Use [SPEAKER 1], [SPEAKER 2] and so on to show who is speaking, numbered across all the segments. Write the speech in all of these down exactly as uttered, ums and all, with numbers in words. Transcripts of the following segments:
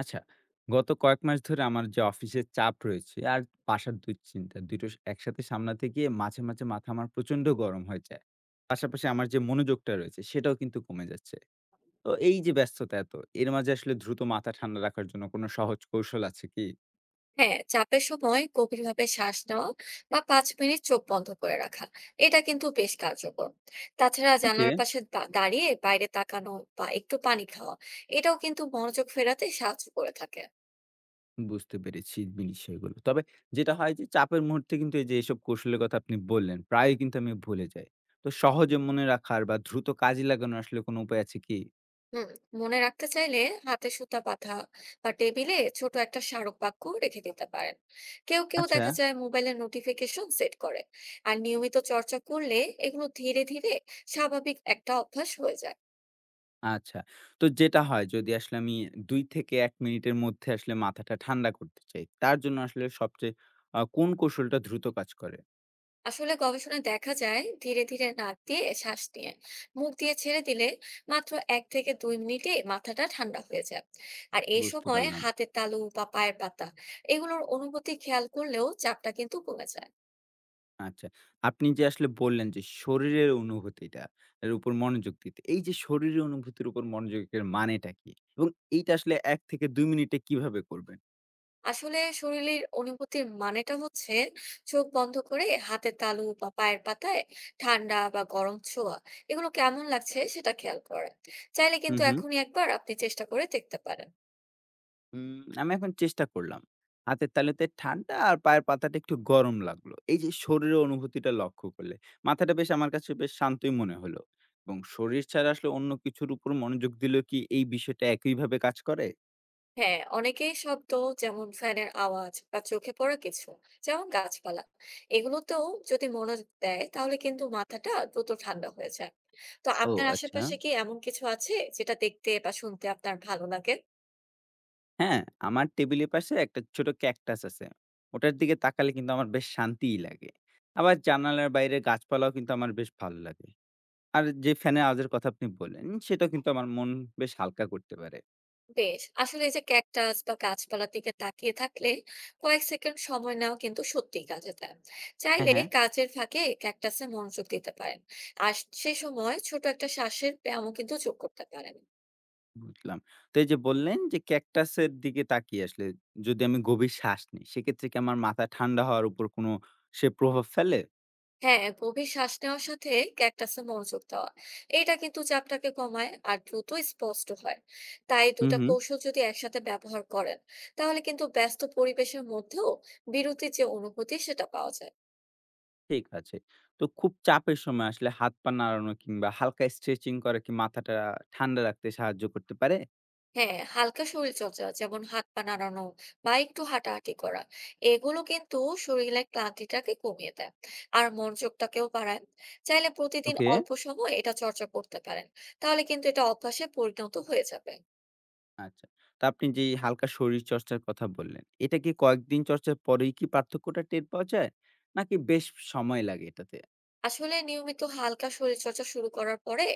[SPEAKER 1] আচ্ছা, গত কয়েক মাস ধরে আমার যে অফিসের চাপ রয়েছে আর বাসার দুশ্চিন্তা, দুটো একসাথে সামলাতে গিয়ে মাঝে, মাঝে মাথা আমার প্রচন্ড গরম হয়ে যায়। পাশাপাশি আমার যে মনোযোগটা রয়েছে সেটাও কিন্তু কমে যাচ্ছে। তো এই যে ব্যস্ততা এত, এর মাঝে আসলে দ্রুত মাথা ঠান্ডা রাখার জন্য কোনো সহজ কৌশল আছে কি?
[SPEAKER 2] হ্যাঁ, চাপের সময় গভীরভাবে শ্বাস নেওয়া বা পাঁচ মিনিট চোখ বন্ধ করে রাখা এটা কিন্তু বেশ কার্যকর। তাছাড়া
[SPEAKER 1] ওকে,
[SPEAKER 2] জানালার পাশে দা- দাঁড়িয়ে বাইরে তাকানো বা একটু পানি খাওয়া এটাও কিন্তু মনোযোগ ফেরাতে সাহায্য করে থাকে।
[SPEAKER 1] বুঝতে পেরেছি বিষয়গুলো। তবে যেটা হয় যে চাপের মুহূর্তে কিন্তু এই যে এসব কৌশলের কথা আপনি বললেন, প্রায়ই কিন্তু আমি ভুলে যাই। তো সহজে মনে রাখার বা দ্রুত কাজে লাগানোর আসলে কোনো উপায় আছে কি?
[SPEAKER 2] হুম মনে রাখতে চাইলে হাতে সুতা বাঁধা বা টেবিলে ছোট একটা স্মারক বাক্য রেখে দিতে পারেন। কেউ কেউ
[SPEAKER 1] আচ্ছা।
[SPEAKER 2] দেখা যায় মোবাইলে নোটিফিকেশন সেট করে। আর নিয়মিত চর্চা করলে এগুলো ধীরে ধীরে স্বাভাবিক একটা অভ্যাস হয়ে যায়।
[SPEAKER 1] আচ্ছা। তো যেটা হয় যদি আসলে আমি দুই থেকে এক মিনিটের মধ্যে আসলে মাথাটা ঠান্ডা করতে চাই, তার জন্য আসলে সবচেয়ে আ কোন কৌশলটা দ্রুত কাজ করে?
[SPEAKER 2] আসলে গবেষণায় দেখা যায় ধীরে ধীরে নাক দিয়ে শ্বাস নিয়ে মুখ দিয়ে ছেড়ে দিলে মাত্র এক থেকে দুই মিনিটে মাথাটা ঠান্ডা হয়ে যায়। আর এই
[SPEAKER 1] বুঝতে
[SPEAKER 2] সময়
[SPEAKER 1] পারলাম।
[SPEAKER 2] হাতের তালু বা পায়ের পাতা এগুলোর অনুভূতি খেয়াল করলেও চাপটা কিন্তু কমে যায়।
[SPEAKER 1] আচ্ছা। আপনি যে আসলে বললেন যে শরীরের অনুভূতিটা এর উপর মনোযোগ দিতে। এই যে শরীরের অনুভূতির উপর মনোযোগের মানেটা কি? এবং এইটা আসলে এক থেকে দুই মিনিটে কিভাবে করবেন?
[SPEAKER 2] আসলে শরীরের অনুভূতির মানেটা হচ্ছে চোখ বন্ধ করে হাতের তালু বা পায়ের পাতায় ঠান্ডা বা গরম ছোঁয়া এগুলো কেমন লাগছে সেটা খেয়াল করেন। চাইলে
[SPEAKER 1] হু,
[SPEAKER 2] কিন্তু
[SPEAKER 1] হু।
[SPEAKER 2] এখনই একবার আপনি চেষ্টা করে দেখতে পারেন।
[SPEAKER 1] উম আমি এখন চেষ্টা করলাম। হাতের তালুতে ঠান্ডা আর পায়ের পাতাটা একটু গরম লাগলো। এই যে শরীরের অনুভূতিটা লক্ষ্য করলে, মাথাটা বেশ আমার কাছে বেশ শান্তই মনে হলো। এবং শরীর ছাড়া আসলে অন্য কিছুর উপর মনোযোগ দিলেও কি এই বিষয়টা একইভাবে কাজ করে?
[SPEAKER 2] হ্যাঁ, অনেকেই শব্দ যেমন ফ্যানের আওয়াজ বা চোখে পড়া কিছু যেমন গাছপালা এগুলোতেও যদি মনোযোগ দেয় তাহলে কিন্তু মাথাটা দ্রুত ঠান্ডা হয়ে যায়। তো
[SPEAKER 1] ও
[SPEAKER 2] আপনার
[SPEAKER 1] আচ্ছা।
[SPEAKER 2] আশেপাশে কি এমন কিছু আছে যেটা দেখতে বা শুনতে আপনার ভালো লাগে?
[SPEAKER 1] হ্যাঁ, আমার টেবিলের পাশে একটা ছোট ক্যাকটাস আছে। ওটার দিকে তাকালে কিন্তু আমার বেশ শান্তিই লাগে। আবার জানালার বাইরে গাছপালাও কিন্তু আমার বেশ ভালো লাগে। আর যে ফ্যানের আওয়াজের কথা আপনি বললেন, সেটাও কিন্তু আমার মন বেশ হালকা করতে পারে।
[SPEAKER 2] বেশ, আসলে এই যে ক্যাকটাস বা গাছপালার দিকে তাকিয়ে থাকলে কয়েক সেকেন্ড সময় নেওয়া কিন্তু সত্যিই কাজে দেয়।
[SPEAKER 1] হ্যাঁ,
[SPEAKER 2] চাইলে
[SPEAKER 1] হ্যাঁ।
[SPEAKER 2] কাজের ফাঁকে ক্যাকটাসে মনোযোগ দিতে পারেন। আর সে সময় ছোট একটা শ্বাসের ব্যায়ামও কিন্তু যোগ করতে পারেন।
[SPEAKER 1] বুঝলাম। তো এই যে বললেন যে ক্যাকটাসের দিকে তাকিয়ে আসলে যদি আমি গভীর শ্বাস নিই, সেক্ষেত্রে কি আমার মাথা ঠান্ডা হওয়ার উপর কোনো সে প্রভাব ফেলে?
[SPEAKER 2] হ্যাঁ, গভীর শ্বাস নেওয়ার সাথে ক্যাকটাসে মনোযোগ দেওয়া এটা কিন্তু চাপটাকে কমায় আর দ্রুত স্পষ্ট হয়। তাই
[SPEAKER 1] হুম,
[SPEAKER 2] দুটা
[SPEAKER 1] হুম।
[SPEAKER 2] কৌশল যদি একসাথে ব্যবহার করেন তাহলে কিন্তু ব্যস্ত পরিবেশের মধ্যেও বিরতির যে অনুভূতি সেটা পাওয়া যায়।
[SPEAKER 1] ঠিক আছে। তো খুব চাপের সময় আসলে হাত-পা নাড়ানো কিংবা হালকা স্ট্রেচিং করা কি মাথাটা ঠান্ডা রাখতে সাহায্য করতে পারে?
[SPEAKER 2] হ্যাঁ, হালকা শরীরচর্চা যেমন হাত পা নাড়ানো বা একটু হাঁটাহাঁটি করা এগুলো কিন্তু শরীরের ক্লান্তিটাকে কমিয়ে দেয় আর মনোযোগটাকেও বাড়ায়। চাইলে প্রতিদিন
[SPEAKER 1] ওকে।
[SPEAKER 2] অল্প সময় এটা চর্চা করতে পারেন। তাহলে কিন্তু এটা অভ্যাসে পরিণত হয়ে যাবে।
[SPEAKER 1] আচ্ছা। তো আপনি যে এই হালকা শরীরচর্চার কথা বললেন, এটা কি কয়েকদিন চর্চার পরেই কি পার্থক্যটা টের পাওয়া যায়? নাকি বেশ সময় লাগে এটাতে?
[SPEAKER 2] আসলে নিয়মিত হালকা শরীরচর্চা শুরু করার পরে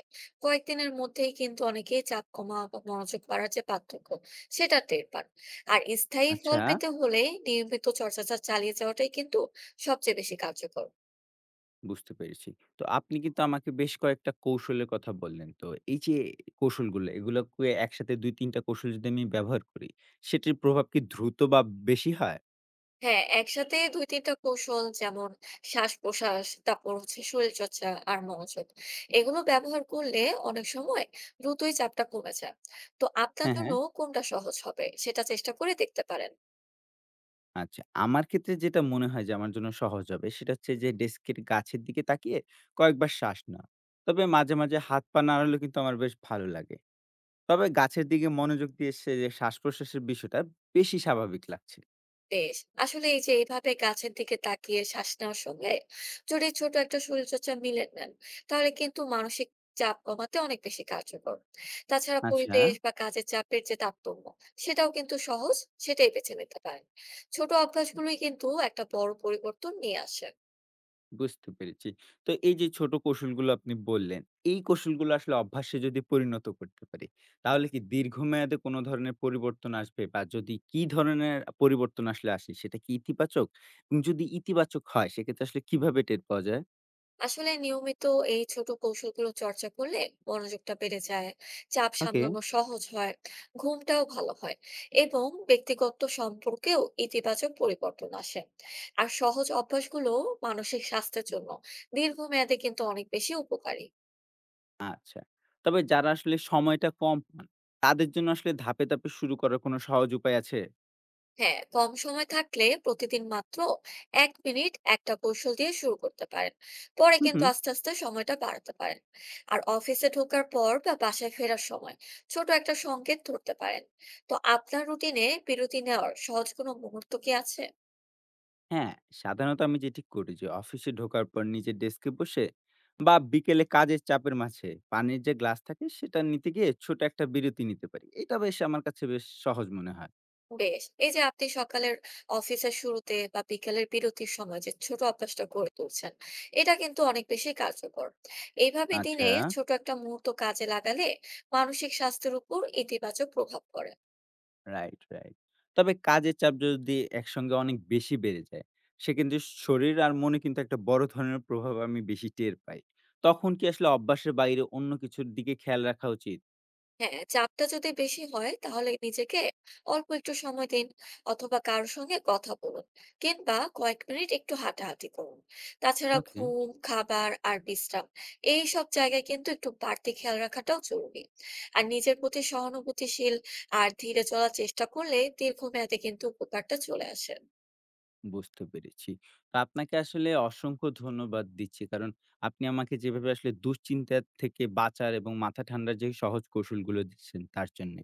[SPEAKER 2] কয়েকদিনের মধ্যেই কিন্তু অনেকেই চাপ কমা বা মনোযোগ বাড়ার যে পার্থক্য সেটা টের পান। আর স্থায়ী ফল
[SPEAKER 1] আচ্ছা।
[SPEAKER 2] পেতে হলে নিয়মিত চর্চাটা চালিয়ে যাওয়াটাই কিন্তু সবচেয়ে বেশি কার্যকর।
[SPEAKER 1] বুঝতে পেরেছি। তো আপনি কিন্তু আমাকে বেশ কয়েকটা কৌশলের কথা বললেন। তো এই যে কৌশলগুলো, এগুলোকে একসাথে দুই তিন টা কৌশল যদি আমি ব্যবহার করি, সেটির প্রভাব কি দ্রুত বা বেশি হয়?
[SPEAKER 2] হ্যাঁ, একসাথে দুই তিন টা কৌশল যেমন শ্বাস-প্রশ্বাস, তারপর হচ্ছে শরীরচর্চা আর মনোযোগ। এগুলো ব্যবহার করলে অনেক সময় দ্রুতই চাপটা কমে যায়। তো আপনার
[SPEAKER 1] হ্যাঁ,
[SPEAKER 2] জন্য
[SPEAKER 1] হ্যাঁ।
[SPEAKER 2] কোনটা সহজ হবে সেটা চেষ্টা করে দেখতে পারেন।
[SPEAKER 1] আচ্ছা। আমার ক্ষেত্রে যেটা মনে হয় যে আমার জন্য সহজ হবে, সেটা হচ্ছে যে ডেস্কের গাছের দিকে তাকিয়ে কয়েকবার শ্বাস নেওয়া। তবে মাঝে, মাঝে হাত পা নাড়ালেও কিন্তু আমার বেশ ভালো লাগে। তবে গাছের দিকে মনোযোগ দিয়ে সে শ্বাস-প্রশ্বাসের বিষয়টা বেশি স্বাভাবিক লাগছে।
[SPEAKER 2] বেশ, আসলে এই যে এইভাবে গাছের দিকে তাকিয়ে শ্বাস নেওয়ার সঙ্গে যদি ছোট একটা শরীরচর্চা মিলে নেন তাহলে কিন্তু মানসিক চাপ কমাতে অনেক বেশি কার্যকর। তাছাড়া
[SPEAKER 1] আচ্ছা।
[SPEAKER 2] পরিবেশ বা কাজের চাপের যে তারতম্য সেটাও কিন্তু সহজ সেটাই বেছে নিতে পারেন। ছোট অভ্যাসগুলোই কিন্তু একটা বড় পরিবর্তন নিয়ে আসে।
[SPEAKER 1] বুঝতে পেরেছি। তো এই যে ছোট কৌশলগুলো আপনি বললেন, এই কৌশলগুলো আসলে অভ্যাসে যদি পরিণত করতে পারি, তাহলে কি দীর্ঘমেয়াদে কোনো ধরনের পরিবর্তন আসবে? বা যদি কি ধরনের পরিবর্তন আসলে আসে সেটা কি ইতিবাচক? এবং যদি ইতিবাচক হয় সেক্ষেত্রে আসলে কিভাবে টের পাওয়া যায়?
[SPEAKER 2] আসলে নিয়মিত এই ছোট কৌশলগুলো চর্চা করলে মনোযোগটা বেড়ে যায়, চাপ
[SPEAKER 1] ওকে।
[SPEAKER 2] সামলানো সহজ হয়, ঘুমটাও ভালো হয় এবং ব্যক্তিগত সম্পর্কেও ইতিবাচক পরিবর্তন আসে। আর সহজ অভ্যাসগুলো মানসিক স্বাস্থ্যের জন্য দীর্ঘমেয়াদে কিন্তু অনেক বেশি উপকারী।
[SPEAKER 1] আচ্ছা। তবে যারা আসলে সময়টা কম পান, তাদের জন্য আসলে ধাপে, ধাপে শুরু করার কোনো সহজ উপায় আছে?
[SPEAKER 2] হ্যাঁ, কম সময় থাকলে প্রতিদিন মাত্র এক মিনিট একটা কৌশল দিয়ে শুরু করতে পারেন। পরে
[SPEAKER 1] হুম,
[SPEAKER 2] কিন্তু
[SPEAKER 1] হুম।
[SPEAKER 2] আস্তে আস্তে সময়টা বাড়াতে পারেন। আর অফিসে ঢোকার পর বা বাসায় ফেরার সময় ছোট একটা সংকেত ধরতে পারেন। তো আপনার রুটিনে বিরতি নেওয়ার সহজ কোনো মুহূর্ত কি আছে?
[SPEAKER 1] হ্যাঁ, সাধারণত আমি যেটি করি যে অফিসে ঢোকার পর নিজের ডেস্কে বসে বা বিকেলে কাজের চাপের মাঝে পানির যে গ্লাস থাকে সেটা নিতে গিয়ে ছোট একটা বিরতি নিতে পারি। এটা বেশ আমার কাছে বেশ সহজ মনে হয়।
[SPEAKER 2] বেশ, এই যে আপনি সকালের অফিসের শুরুতে বা বিকেলের বিরতির সময় যে ছোট অভ্যাসটা গড়ে তুলছেন এটা কিন্তু অনেক বেশি কার্যকর। এইভাবে
[SPEAKER 1] আচ্ছা,
[SPEAKER 2] দিনে ছোট একটা মুহূর্ত কাজে লাগালে মানসিক স্বাস্থ্যের উপর ইতিবাচক প্রভাব পড়ে।
[SPEAKER 1] Right, right. তবে কাজের চাপ যদি একসঙ্গে অনেক বেশি বেড়ে যায়, সেক্ষেত্রে শরীর আর মনে কিন্তু একটা বড় ধরনের প্রভাব আমি বেশি টের পাই। তখন কি আসলে অভ্যাসের বাইরে অন্য কিছুর দিকে খেয়াল রাখা উচিত?
[SPEAKER 2] হ্যাঁ, চাপটা যদি বেশি হয় তাহলে নিজেকে অল্প একটু সময় দিন, অথবা কারোর সঙ্গে কথা বলুন, কিংবা কয়েক মিনিট একটু হাঁটাহাঁটি করুন। তাছাড়া
[SPEAKER 1] ওকে।
[SPEAKER 2] ঘুম, খাবার আর বিশ্রাম এই সব জায়গায় কিন্তু একটু বাড়তি খেয়াল রাখাটাও জরুরি। আর নিজের প্রতি সহানুভূতিশীল আর ধীরে চলার চেষ্টা করলে দীর্ঘমেয়াদে কিন্তু উপকারটা চলে আসে।
[SPEAKER 1] বুঝতে পেরেছি। তো আপনাকে আসলে অসংখ্য ধন্যবাদ দিচ্ছি। কারণ আপনি আমাকে যেভাবে আসলে দুশ্চিন্তা থেকে বাঁচার এবং মাথা ঠান্ডার যে সহজ কৌশলগুলো দিচ্ছেন তার জন্যে।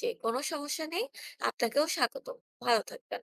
[SPEAKER 2] যে কোনো সমস্যা নেই, আপনাকেও স্বাগত, ভালো থাকবেন।